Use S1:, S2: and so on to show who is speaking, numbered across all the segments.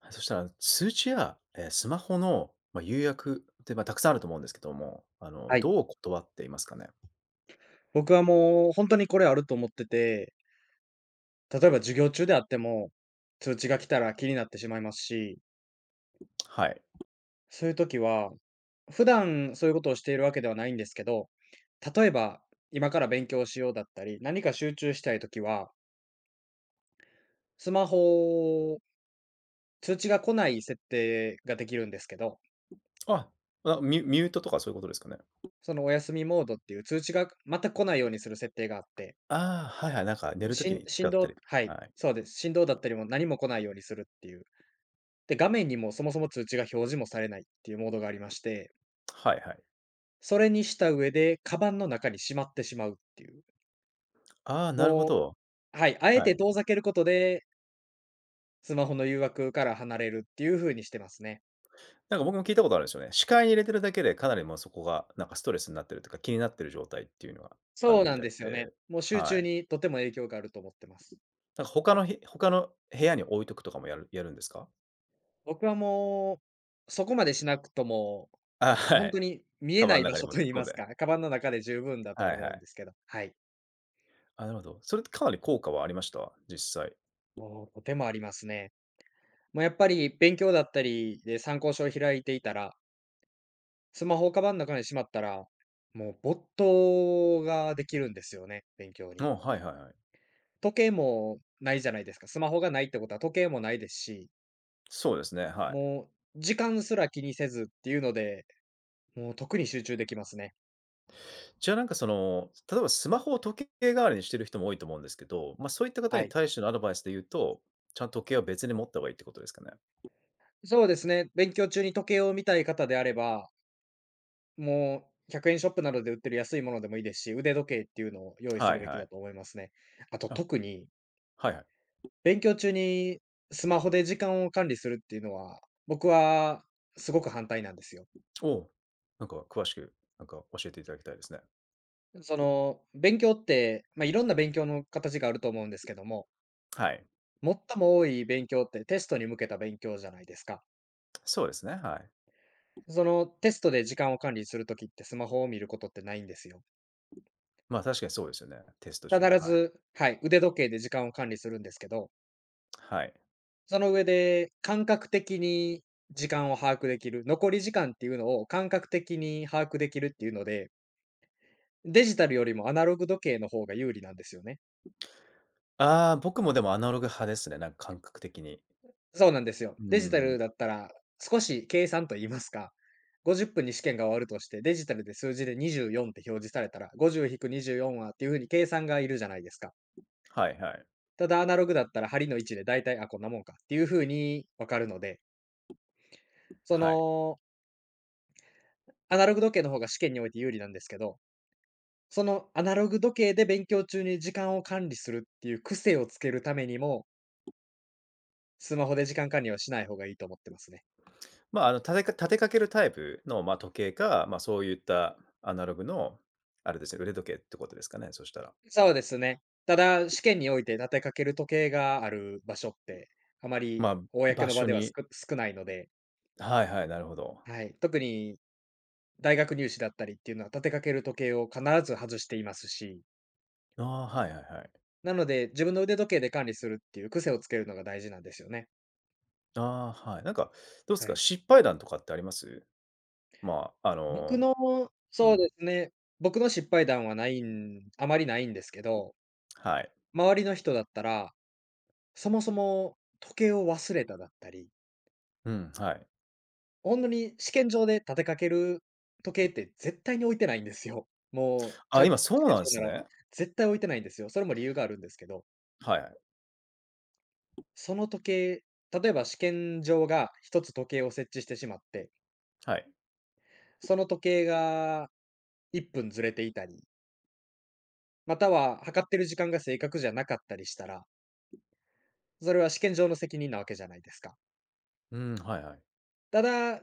S1: はい、そしたら通知や、スマホの、誘約って、たくさんあると思うんですけども、
S2: はい。
S1: どう断っていますかね？
S2: 僕はもう本当にこれあると思ってて、例えば授業中であっても、通知が来たら気になってしまいますし、
S1: はい。
S2: そういう時は、普段そういうことをしているわけではないんですけど、例えば今から勉強しようだったり、何か集中したい時は、スマホ、通知が来ない設定ができるんですけど、
S1: あ、ミュートとかそういうことですかね？
S2: そのお休みモードっていう通知が全く来ないようにする設定があって、
S1: ああ、はいはい、なんか寝ると
S2: し
S1: き
S2: ん
S1: に使
S2: 振
S1: った
S2: 動
S1: りと
S2: は
S1: か、
S2: い、
S1: はい。
S2: そうです。振動だったりも何も来ないようにするっていう。で、画面にもそもそも通知が表示もされないっていうモードがありまして、
S1: はいはい。
S2: それにした上で、カバンの中にしまってしまうっていう。
S1: ああ、なるほ
S2: も
S1: ど。
S2: うはい、あえ
S1: は
S2: て
S1: い。
S2: 遠ざけることで、スマホの誘惑から離れるっていう風にしてますね。
S1: なんか僕も聞いたことあるんですよね。視界に入れてるだけで、かなりもうそこがなんかストレスになってるというか、気になってる状態っていうのがある
S2: そう
S1: み
S2: なん
S1: たい
S2: ですよね。
S1: で、
S2: もう集
S1: は
S2: 中
S1: い。
S2: にとても影響があると思ってます。
S1: なんか他の部屋に置いとくとかもやるんですか？
S2: 僕はもう、そこまでしなくとも、
S1: あ、
S2: ほ
S1: は
S2: んと
S1: い。
S2: に見え
S1: カバ
S2: な
S1: ン
S2: い
S1: の
S2: 場
S1: 中に
S2: 所と言い
S1: 突っ込ん
S2: ます
S1: で。
S2: か、カバンの中で十分だと
S1: は
S2: は
S1: いは
S2: 思うん
S1: い。
S2: ですけど、はい。
S1: あ、なるほど。それってかなり効果はありました？実際。
S2: もうとてもありますね。もうやっぱり勉強だったりで参考書を開いていたらスマホをカバンの中にしまったら、もう没頭ができるんですよね、勉強
S1: あ、
S2: に。
S1: はいはいはい。
S2: 時計もないじゃないですか。スマホがないってことは時計もないですし、
S1: そうですね、はい。
S2: もう時間すら気にせずっていうので、もう特に集中できますね。
S1: じゃあ、なんかその、例えばスマホを時計代わりにしてる人も多いと思うんですけど、そういった方
S2: は
S1: に
S2: い。
S1: 対してのアドバイスで言うと、ちゃんと時計は別に持った方がいいってことですかね？
S2: そうですね。勉強中に時計を見たい方であれば、もう100円ショップなどで売ってる安いものでもいいですし、腕時計っていうのを用意す
S1: はい
S2: るべき
S1: は
S2: だ
S1: い。
S2: と思いますね。あと
S1: あ、
S2: 特に
S1: はいはい。
S2: 勉強中にスマホで時間を管理するっていうのは、僕はすごく反対なんですよ。
S1: おお、なんか詳しく、なんか教えていただきたいですね。
S2: その、勉強って、まあ、いろんな勉強の形があると思うんですけども、
S1: はい。
S2: 最も多い勉強ってテストに向けた勉強じゃないですか。
S1: そうですね、はい。
S2: そのテストで時間を管理するときってスマホを見ることってないんですよ。
S1: まあ、確かにそうですよね。テスト中、
S2: 必
S1: はい。
S2: ず、はい、腕時計で時間を管理するんですけど、
S1: はい。
S2: その上で感覚的に時間を把握できる、残り時間っていうのを感覚的に把握できるっていうのでデジタルよりもアナログ時計の方が有利なんですよね。
S1: ああ、僕もでもアナログ派ですね、なんか感覚的に。
S2: そうなんですよ。
S1: うー
S2: デジタル
S1: ん、
S2: だったら、少し計算と言いますか、50分に試験が終わるとして、デジタルで数字で24って表示されたら、50-24はっていう風に計算がいるじゃないですか。
S1: はいはい。
S2: ただアナログだったら針の位置で大体、あ、こんなもんかっていう風に分かるので、そ
S1: はい。
S2: の、アナログ時計の方が試験において有利なんですけど、そのアナログ時計で勉強中に時間を管理するっていう癖をつけるためにも、スマホで時間管理はしない方がいいと思ってますね。
S1: まあ、立てかけるタイプの、まあ、時計か、まあ、そういったアナログの、あれですね、腕時計ってことですかね、そしたら。
S2: そうですね。ただ、試験において立てかける時計がある場所って、あま
S1: ま
S2: り
S1: あ、
S2: 公
S1: 場
S2: の場
S1: 所
S2: では少
S1: に、
S2: 少ないので、
S1: はいはい、なるほど。
S2: はい。特に大学入試だったりっていうのは、立てかける時計を必ず外していますし、
S1: ああ、はいはいはい。
S2: なので、自分の腕時計で管理するっていう癖をつけるのが大事なんですよね。
S1: ああ、はい。なんか、どうです
S2: は
S1: か、
S2: い。
S1: 失敗談とかってあります？まあ、あ
S2: 僕
S1: の、
S2: の
S1: う
S2: そうで
S1: ん、
S2: すね、僕の失敗談はないんあまりないんですけど、
S1: はい。
S2: 周りの人だったら、そもそも時計を忘れただったり
S1: うん、はい。
S2: ほんとに試験場で立てかける時計って絶対に置いてないんですよ。もう、ち
S1: あ、
S2: ゃん
S1: 今
S2: とした
S1: そ
S2: 試
S1: うなんで
S2: 験
S1: す
S2: 場なら
S1: ね。
S2: 絶対置いてないんですよ。それも理由があるんですけど、
S1: はいはい。
S2: その時計例えば試験場が一つ時計を設置してしまって、
S1: はい。
S2: その時計が1分ずれていたり、または測ってる時間が正確じゃなかったりしたら、それは試験場の責任なわけじゃないですか。
S1: うん、はいはい。
S2: ただ、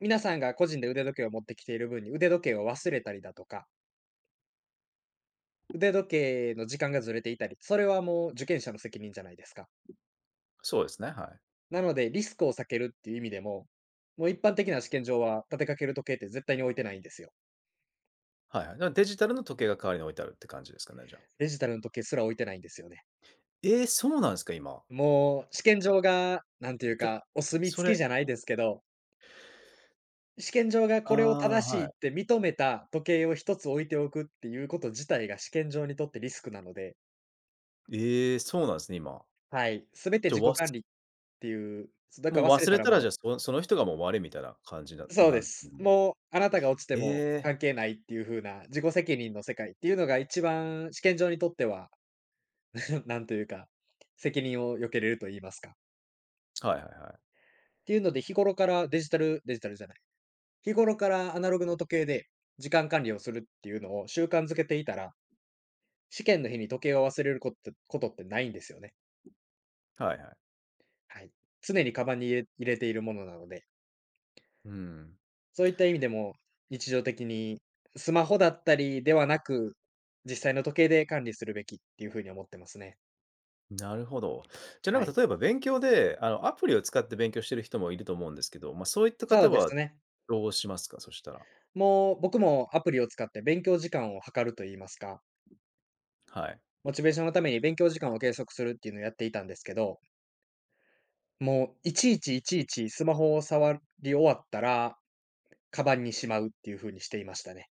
S2: 皆さんが個人で腕時計を持ってきている分に、腕時計を忘れたりだとか腕時計の時間がずれていたり、それはもう受験者の責任じゃないですか。
S1: そうですね、はい。
S2: なので、リスクを避けるっていう意味でも、もう一般的な試験場は立てかける時計って絶対に置いてないんですよ。
S1: はいはい。デジタルの時計が代わりに置いてあるって感じですかね、じゃあ。
S2: デジタルの時計すら置いてないんですよね。
S1: えー、そうなんですか、今。
S2: もう試験場が、なんていう
S1: だ
S2: か、お墨
S1: そ
S2: 付き
S1: れ
S2: じゃないですけど、試験場が
S1: あ
S2: これを
S1: あ、
S2: 正し
S1: は
S2: いっ
S1: い。
S2: て認めた時計を一つ置いておくっていうこと自体が試験場にとってリスクなので、
S1: ええ、そうなんですね、今。
S2: はい、すべて
S1: じゃ、
S2: 自己
S1: わ
S2: 管
S1: す
S2: 理っていう、だか
S1: もう
S2: ら忘れ
S1: 忘
S2: た
S1: れ
S2: ら
S1: たら、
S2: もう
S1: じゃあ、その人がもう終わりみたいな感じな
S2: そう
S1: な
S2: で
S1: ん、
S2: す。
S1: もう、
S2: もう、あなたが落ちて
S1: え
S2: も
S1: え、
S2: 関係ないっていう風な自己責任の世界っていうのが一番試験場にとっては、なんというか、責任を避けれると言いますか。っ
S1: はいはいはい。
S2: ていうので、日頃からデジタルデジタルじゃない、日頃からアナログの時計で時間管理をするっていうのを習慣づけていたら、試験の日に時計を忘れることってないんですよね。
S1: はいはい。
S2: はい。常にカバンに入れているものなので。
S1: うん、
S2: そういった意味でも、日常的にスマホだったりではなく、実際の時計で管理するべきっていう風に思ってますね。
S1: なるほど。じゃ、なん
S2: は
S1: か
S2: い。
S1: 例えば勉強で、アプリを使って勉強してる人もいると思うんですけど、そういった
S2: そ
S1: 方
S2: うで
S1: は
S2: すね。
S1: どうしますか？そしたら。
S2: もう僕もアプリを使って勉強時間を測るといいますか、
S1: はい。
S2: モチベーションのために勉強時間を計測するっていうのをやっていたんですけど、もういちいちスマホを触り終わったら、カバンにしまうっていう風にしていましたね。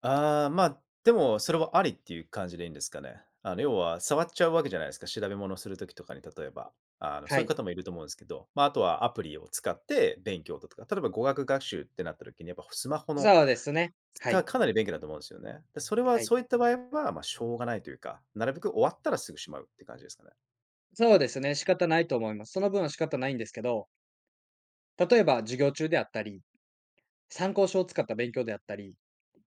S1: ああ、まあ、でも、それはありっていう感じでいいんですかね。あの、要は触っちゃうわけじゃないですか。調べ物をする時とかに、例えば。あの、そ
S2: は
S1: ういう
S2: い。
S1: 方もいると思うんですけど、まあ、あとはアプリを使って勉強だとか、例えば語学学習ってなった時に、やっぱスマホの
S2: そうですね。は
S1: 使う
S2: い。
S1: かなり便利だと思うんですよね。で、それは
S2: はい。
S1: そういった場合は、まあ、しょうがないというか、なるべく終わったらすぐしまうって感じですかね。
S2: そうですね、仕方ないと思います。その分は仕方ないんですけど、例えば授業中であったり参考書を使った勉強であったり、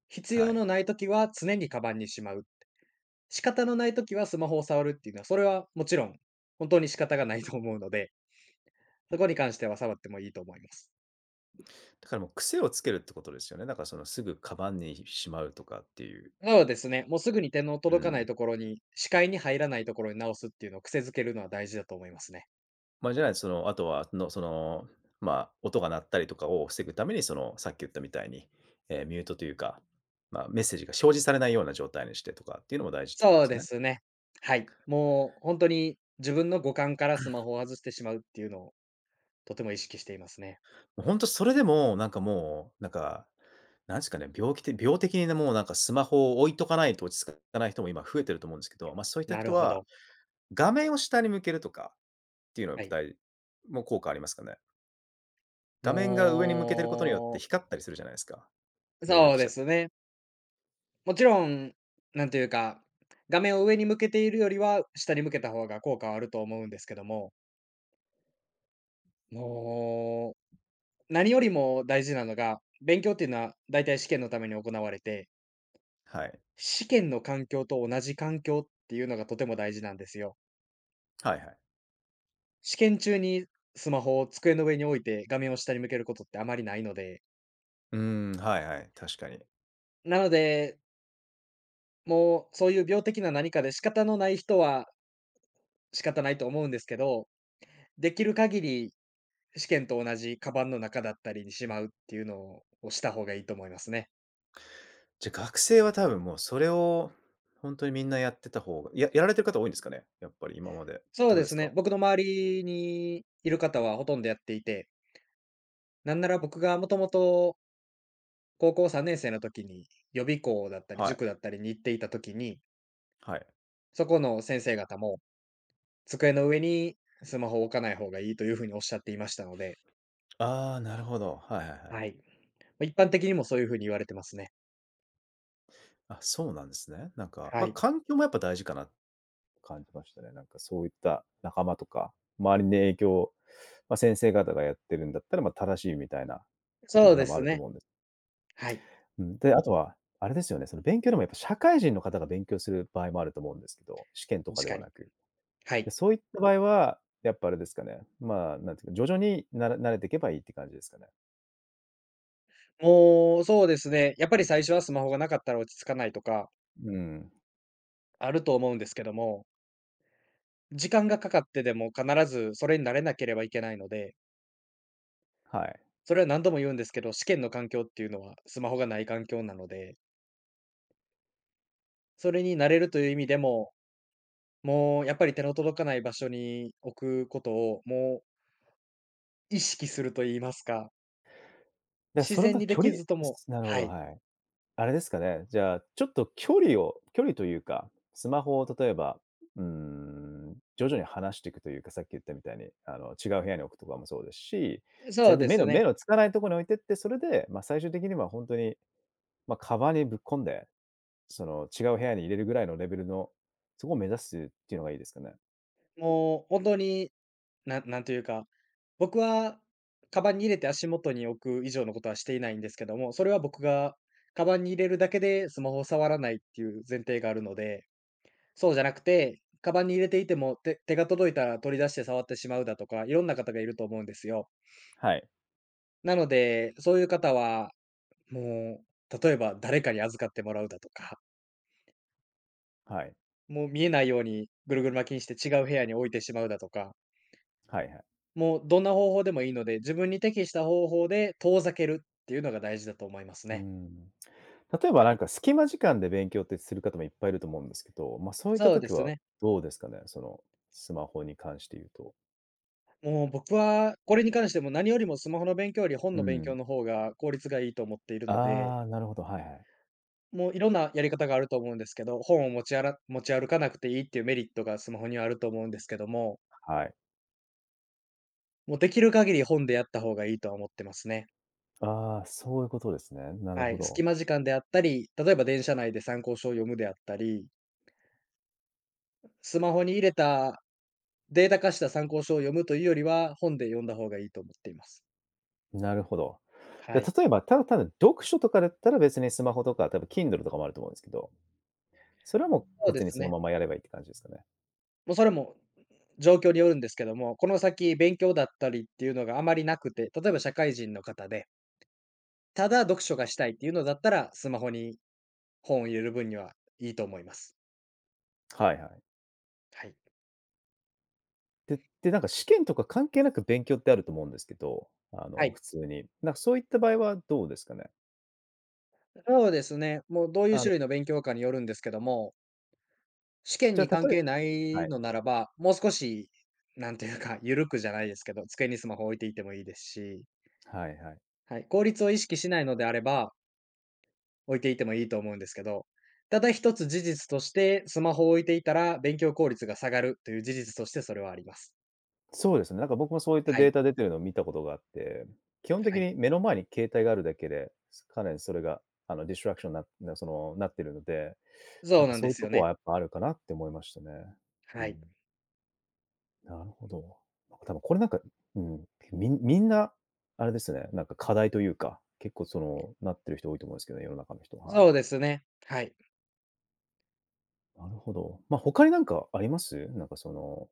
S2: 必
S1: は
S2: 要
S1: い。
S2: のないときは常にカバンにしまう。仕方のないときはスマホを触るっていうのは、それはもちろん、本当に仕方がないと思うので、そこに関しては触ってもいいと思います。
S1: だからもう癖をつけるってことですよね。だからそのすぐカバンにしまうとかっていう。
S2: なのでですね、もうすぐに手の
S1: う
S2: 届かない
S1: ん。
S2: ところに、視界に入らないところに直すっていうのを癖づけるのは大事だと思いますね。
S1: まあ、じゃないとその、あとは、その、まあ、音が鳴ったりとかを防ぐために、その、さっき言ったみたいに、ミュートというか、まあ、メッセージが表示されないような状態にしてとかっていうのも大事ってことで
S2: そう
S1: す
S2: で
S1: ね。
S2: すね。はい。もう本当に自分の五感からスマホを外してしまうっていうのをとても意識していますね。
S1: もうそれでも、なんかもう、なんか、なんですかね、病気て病的にね、もうなんかスマホを置いとかないと落ち着かない人も今増えてると思うんですけど、そういった
S2: な
S1: 人
S2: るほ
S1: は、
S2: ど。
S1: 画面を下に向けるとかっていうのは、
S2: は
S1: やっ
S2: い。
S1: ぱだもう効果ありますかね？画面が上に向けてることによって
S2: も
S1: 光ったりするじゃないですか、
S2: う、
S1: メール
S2: そう
S1: 来ち
S2: で
S1: ゃって。
S2: すね。もちろん、なんというか、画面を上に向けているよりは、下に向けた方が効果はあると思うんですけども、もう、何よりも大事なのが、勉強っていうのは大体試験のために行われて、
S1: はい。
S2: 試験の環境と同じ環境っていうのがとても大事なんですよ。
S1: はいはい。
S2: 試験中にスマホを机の上に置いて画面を下に向けることってあまりないので、
S1: うーん、はいはい、確かに。
S2: なので、もうそういう病的な何かで仕方のない人は仕方ないと思うんですけど、できる限り試験と同じカバンの中だったりにしまうっていうのをした方がいいと思いますね。
S1: じゃ、学生は多分もうそれを本当にみんなやってた方がややられてる方多いんですかね？やっぱり今まで。
S2: そう
S1: どう
S2: で
S1: です
S2: す
S1: か？
S2: ね。僕の周りにいる方はほとんどやっていて、なんなら僕がもともと高校3年生の時に予備校だったり
S1: はい、
S2: 塾だったりに行っていた時に、
S1: はい。
S2: そこの先生方も机の上にスマホを置かない方がいいというふうにおっしゃっていましたので、
S1: ああ、なるほど。はいはいはい。
S2: はい。ま、一般的にもそういうふうに言われてますね。
S1: あ、そうなんですね。なんか、
S2: は
S1: まあ、
S2: い。
S1: 環境もやっぱ大事かなって感じましたね。なんかそういった仲間とか、周りに影響を、まあ、先生方がやってるんだったら、まあ、正しいみたいなこと
S2: そう
S1: も
S2: で
S1: 多分あ
S2: す
S1: ると
S2: ね。
S1: 思うんです。
S2: はい。
S1: うん、で、あとはあれですよね、その勉強でもやっぱ社会人の方が勉強する場合もあると思うんですけど、試験と
S2: 確
S1: かで
S2: か
S1: はな
S2: に。
S1: く。
S2: はい。
S1: で、そういった場合は、やっぱあれですかね、まあ、なんていうか、徐々になれ慣れてけばいいって感じですかね。
S2: もう、そうですね。やっぱり最初はスマホがなかったら落ち着かないとか、
S1: うん、
S2: あると思うんですけども、時間がかかってでも必ずそれに慣れなければいけないので、
S1: はい。
S2: それは何度も言うんですけど、試験の環境っていうのはスマホがない環境なので、それに慣れるという意味でも、もうやっぱり手の届かない場所に置くことを、もう意識すると言いますか、
S1: で、
S2: 自
S1: それ
S2: 然
S1: の
S2: にで
S1: 距
S2: き
S1: 離
S2: ずとも。
S1: すなるほ
S2: は
S1: ど、
S2: い。
S1: はい。あれですかね、じゃあ、ちょっと距離というか、スマホを例えば、うーん、徐々に離していくというか、さっき言ったみたいに、あの、違う部屋に置くとかもそうですし、
S2: そ
S1: 全
S2: う
S1: 然
S2: です
S1: 目
S2: ね。
S1: のつかないところに置いてって、それで、最終的にはほんとに、カバンにぶっ込んで、その、違う部屋に入れるぐらいのレベルの、そこを目指すっていうのがいいですかね。
S2: もう本当に、なんというか、僕はカバンに入れて足元に置く以上のことはしていないんですけども、それは僕がカバンに入れるだけでスマホを触らないっていう前提があるので、そうじゃなくて、カバンに入れていても、手が届いたら取り出して触ってしまうだとか、いろんな方がいると思うんですよ。
S1: はい。
S2: なので、そういう方は、もう、例えば誰かに預かってもらうだとか、
S1: はい。
S2: もう見えないようにぐるぐる巻きにして違う部屋に置いてしまうだとか、
S1: はいはい。
S2: もうどんな方法でもいいので、自分に適した方法で遠ざけるっていうのが大事だと思います
S1: う
S2: ね。
S1: ん。例えばな
S2: は
S1: ん
S2: い。
S1: か隙間時間で勉強ってする方もいっぱいいると思うんですけど、そういった
S2: そうで
S1: 時
S2: す
S1: は
S2: ね。
S1: どうですかね？その、スマホに関して言うと。
S2: もう僕はこれに関しても何よりもスマホの勉強より本
S1: う
S2: の勉
S1: ん。
S2: 強の方が効率がいいと思っているので、
S1: ああ、なるほど、はいはい。
S2: もういろんなやり方があると思うんですけど、本を持ち歩かなくていいっていうメリットがスマホにはあると思うんですけども、
S1: はい。
S2: もうできる限り本でやった方がいいとは思ってますね。
S1: ああ、そういうことですね。なる
S2: は
S1: ほ
S2: い。
S1: ど。
S2: 隙間時間であったり、例えば電車内で参考書を読むであったり、スマホに入れたデータ化した参考書を読むというよりは、本で読んだ方がいいと思っています。
S1: なるほど。じ
S2: は
S1: ゃ、
S2: い。
S1: 例えば、ただ読書とかだったら別にスマホとか、多分 Kindle とかもあると思うんですけど、それはもう
S2: そうで
S1: 別に
S2: す
S1: その
S2: ね。
S1: ままやればいいって感じですかね？
S2: もうそれも状況によるんですけども、この先勉強だったりっていうのがあまりなくて、例えば社会人の方で、ただ読書がしたいっていうのだったら、スマホに本を入れる分にはいいと思います。
S1: はいはい。
S2: はい。
S1: でで、なんか試験とか関係なく勉強ってあると思うんですけど、あ
S2: は
S1: の、
S2: い。
S1: 普通に。なんかそういった場合はどうですかね？
S2: そうですね。もうどういう
S1: あの、
S2: 種類の勉強かによるんですけども、試験
S1: じゃ
S2: に
S1: あ
S2: 関
S1: 例え、
S2: 係な
S1: は
S2: い
S1: い。
S2: のならば、もう少し、なんていうか、ゆるくじゃないですけど、机にスマホ置いていてもいいですし、
S1: はいはい。
S2: はい、効率を意識しないのであれば、置いていてもいいと思うんですけど、ただ一つ事実として、スマホを置いていたら勉強効率が下がるという事実としてそれはあります。
S1: そうですね、なんか僕もそういった
S2: は
S1: デ
S2: い。
S1: ータ出てるのを見たことがあって、基本
S2: は
S1: 的
S2: い。
S1: に目の前に携帯があるだけで、かなりそれがディストラクションになってるので、な
S2: そ
S1: ん
S2: う
S1: か
S2: なん
S1: そ
S2: で
S1: ういう
S2: す
S1: と
S2: よ
S1: こ
S2: ね。
S1: はやっぱあるかなって思いましたね。う
S2: はい。
S1: ん。なるほど。なんか多分これなんか、うん、みんな、あれですね、なんか課題というか、結構その、なってる人多いと思うんですけどね、世の中の人。はい。
S2: そうですね。はい。
S1: なるほど。まあ、他になんかあります、なんかその、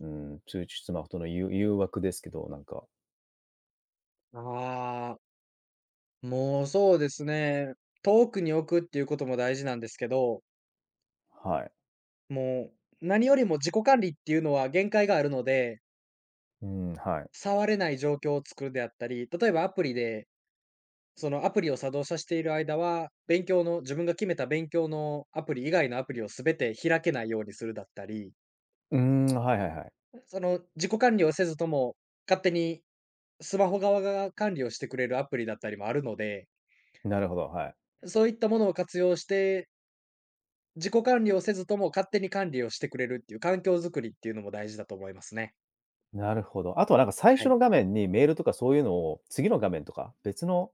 S1: うん、通知スマホとの誘惑ですけど、なんか、
S2: ああ、もうそうですね。遠くに置くっていうことも大事なんですけど、
S1: はい。
S2: もう何よりも自己管理っていうのは限界があるので、
S1: うん、はい。
S2: 触れない状況を作るであったり、例えばアプリでそのアプリを作動させている間は、勉強の自分が決めた勉強のアプリ以外のアプリを全て開けないようにするだったり、
S1: うーん、はいはいはい。
S2: その自己管理をせずとも、勝手にスマホ側が管理をしてくれるアプリだったりもあるので、
S1: なるほど、はい。
S2: そういったものを活用して、自己管理をせずとも勝手に管理をしてくれるっていう環境づくりっていうのも大事だと思いますね。
S1: なるほど。あとはなんか最
S2: は
S1: 初の
S2: い。
S1: 画面にメールとかそういうのを、次の画面とか、別の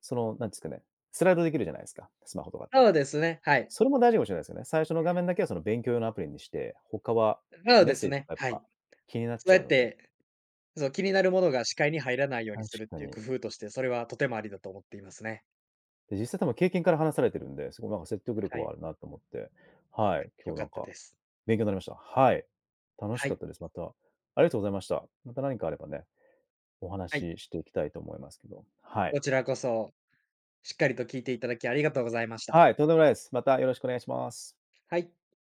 S1: その、なんですかね、スライドできるじゃないですか、スマホとかって。
S2: そうですね、はい。
S1: それも大事かもしれないですよね。最初の画面だけはその勉強用のアプリにして、他は
S2: そう
S1: メッ
S2: で
S1: セ
S2: す
S1: ージと
S2: ね、
S1: かやっ
S2: はい。
S1: ぱ気になっ
S2: そう
S1: ちゃ
S2: や
S1: う
S2: っ
S1: ので、
S2: て、そう、気になるものが視界に入らないように
S1: 確
S2: するっ
S1: か
S2: ていう
S1: に。
S2: 工夫として、それはとてもありだと思っていますね。
S1: で、実際多分経験から話されてるんで、すごいなんか説得力
S2: は
S1: は
S2: い、
S1: あるなと思って、はい、
S2: 良
S1: 今日
S2: か
S1: なん
S2: った
S1: か
S2: です。
S1: 勉強になりました。はい。楽し
S2: は
S1: かっ
S2: い、
S1: たです。また、ありがとうございました。また何かあればね、お
S2: はい、
S1: 話ししていきたいと思いますけど。はい。
S2: こちらこそ、しっかりと聞いていただきありがとうございました。
S1: はい、とんでもないです。またよろしくお願いします。
S2: はい。